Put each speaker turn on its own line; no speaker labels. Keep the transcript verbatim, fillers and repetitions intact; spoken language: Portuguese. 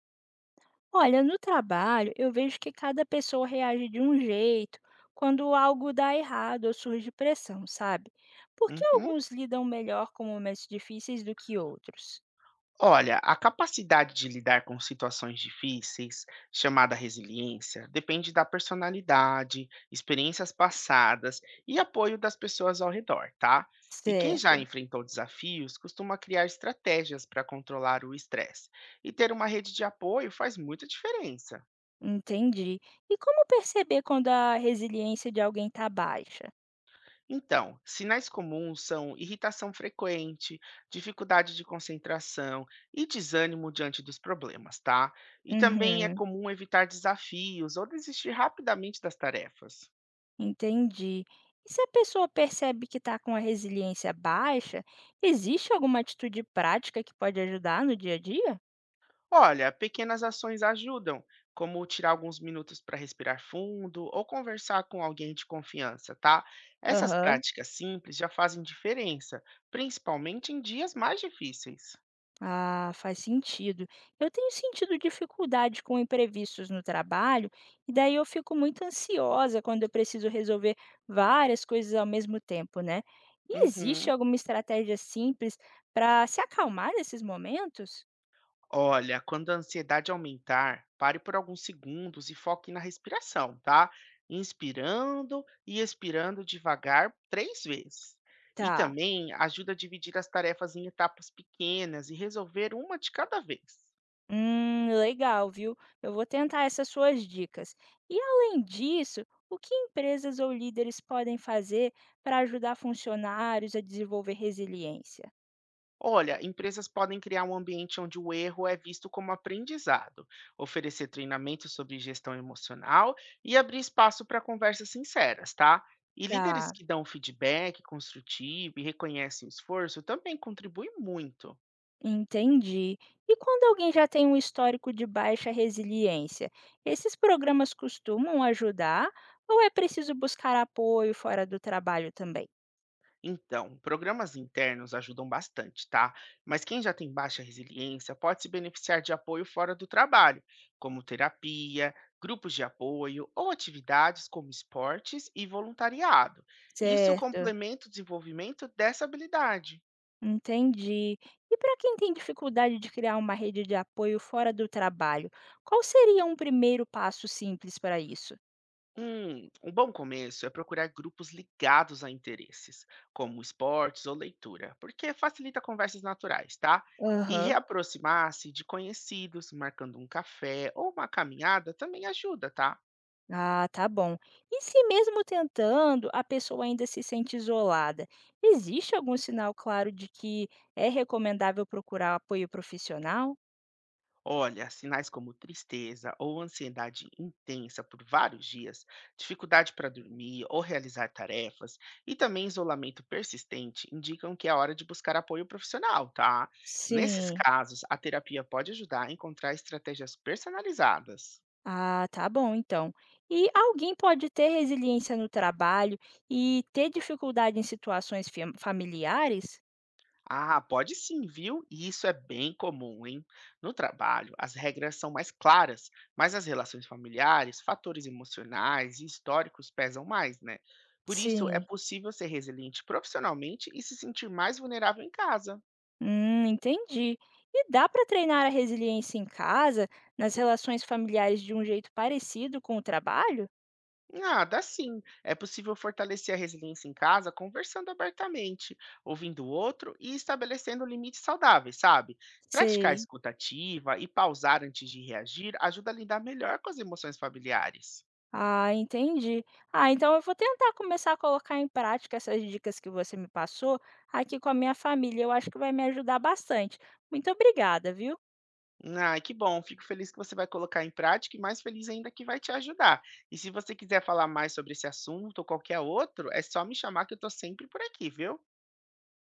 Olha, no trabalho, eu vejo que cada pessoa reage de um jeito quando algo dá errado ou surge pressão, sabe? Por que
Uhum.
alguns lidam melhor com momentos difíceis do que outros?
Olha, a capacidade de lidar com situações difíceis, chamada resiliência, depende da personalidade, experiências passadas e apoio das pessoas ao redor, tá? E quem
Certo,
já enfrentou desafios costuma criar estratégias para controlar o estresse. E ter uma rede de apoio faz muita diferença.
entendi. E como perceber quando a resiliência de alguém está baixa?
Então, sinais comuns são irritação frequente, dificuldade de concentração e desânimo diante dos problemas, tá? E também é
Uhum,
comum evitar desafios ou desistir rapidamente das tarefas.
entendi. E se a pessoa percebe que está com a resiliência baixa, existe alguma atitude prática que pode ajudar no dia a dia?
Olha, pequenas ações ajudam, como tirar alguns minutos para respirar fundo ou conversar com alguém de confiança, tá? Essas
Aham.
práticas simples já fazem diferença, principalmente em dias mais difíceis.
Ah, faz sentido. Eu tenho sentido dificuldade com imprevistos no trabalho, e daí eu fico muito ansiosa quando eu preciso resolver várias coisas ao mesmo tempo, né? E existe
Uhum.
alguma estratégia simples para se acalmar nesses momentos?
Olha, quando a ansiedade aumentar, pare por alguns segundos e foque na respiração, tá? Inspirando e expirando devagar três vezes. E
Tá.
também ajuda a dividir as tarefas em etapas pequenas e resolver uma de cada vez.
Hum, legal, viu? Eu vou tentar essas suas dicas. E além disso, o que empresas ou líderes podem fazer para ajudar funcionários a desenvolver resiliência?
Olha, empresas podem criar um ambiente onde o erro é visto como aprendizado, oferecer treinamento sobre gestão emocional e abrir espaço para conversas sinceras, tá? E líderes
Tá.
que dão feedback construtivo e reconhecem o esforço também contribuem muito.
Entendi. E quando alguém já tem um histórico de baixa resiliência, esses programas costumam ajudar ou é preciso buscar apoio fora do trabalho também?
Então, programas internos ajudam bastante, tá? Mas quem já tem baixa resiliência pode se beneficiar de apoio fora do trabalho, como terapia, grupos de apoio ou atividades como esportes e voluntariado. Isso
Certo,
complementa o desenvolvimento dessa habilidade.
entendi. E para quem tem dificuldade de criar uma rede de apoio fora do trabalho, qual seria um primeiro passo simples para isso?
Hum, um bom começo é procurar grupos ligados a interesses, como esportes ou leitura, porque facilita conversas naturais, tá? E
Aham.
reaproximar-se de conhecidos, marcando um café ou uma caminhada também ajuda, tá?
Ah, tá bom. E se mesmo tentando, a pessoa ainda se sente isolada, existe algum sinal claro de que é recomendável procurar apoio profissional?
Olha, sinais como tristeza ou ansiedade intensa por vários dias, dificuldade para dormir ou realizar tarefas e também isolamento persistente indicam que é hora de buscar apoio profissional, tá? Nesses
Sim.
casos, a terapia pode ajudar a encontrar estratégias personalizadas.
Ah, tá bom, então. E alguém pode ter resiliência no trabalho e ter dificuldade em situações fam- familiares?
Ah, pode sim, viu? E isso é bem comum, hein? No trabalho, as regras são mais claras, mas as relações familiares, fatores emocionais e históricos pesam mais, né? Por isso, é
Sim.
possível ser resiliente profissionalmente e se sentir mais vulnerável em casa.
Hum, entendi. E dá para treinar a resiliência em casa, nas relações familiares de um jeito parecido com o trabalho?
Ah, dá sim. É possível fortalecer a resiliência em casa conversando abertamente, ouvindo o outro e estabelecendo limites saudáveis, sabe? Praticar a
Sei.
escuta ativa e pausar antes de reagir ajuda a lidar melhor com as emoções familiares.
Ah, entendi. Ah, então eu vou tentar começar a colocar em prática essas dicas que você me passou aqui com a minha família. Eu acho que vai me ajudar bastante. Muito obrigada, viu?
Ah, que bom. Fico feliz que você vai colocar em prática e mais feliz ainda que vai te ajudar. E se você quiser falar mais sobre esse assunto ou qualquer outro, é só me chamar que eu estou sempre por aqui, viu?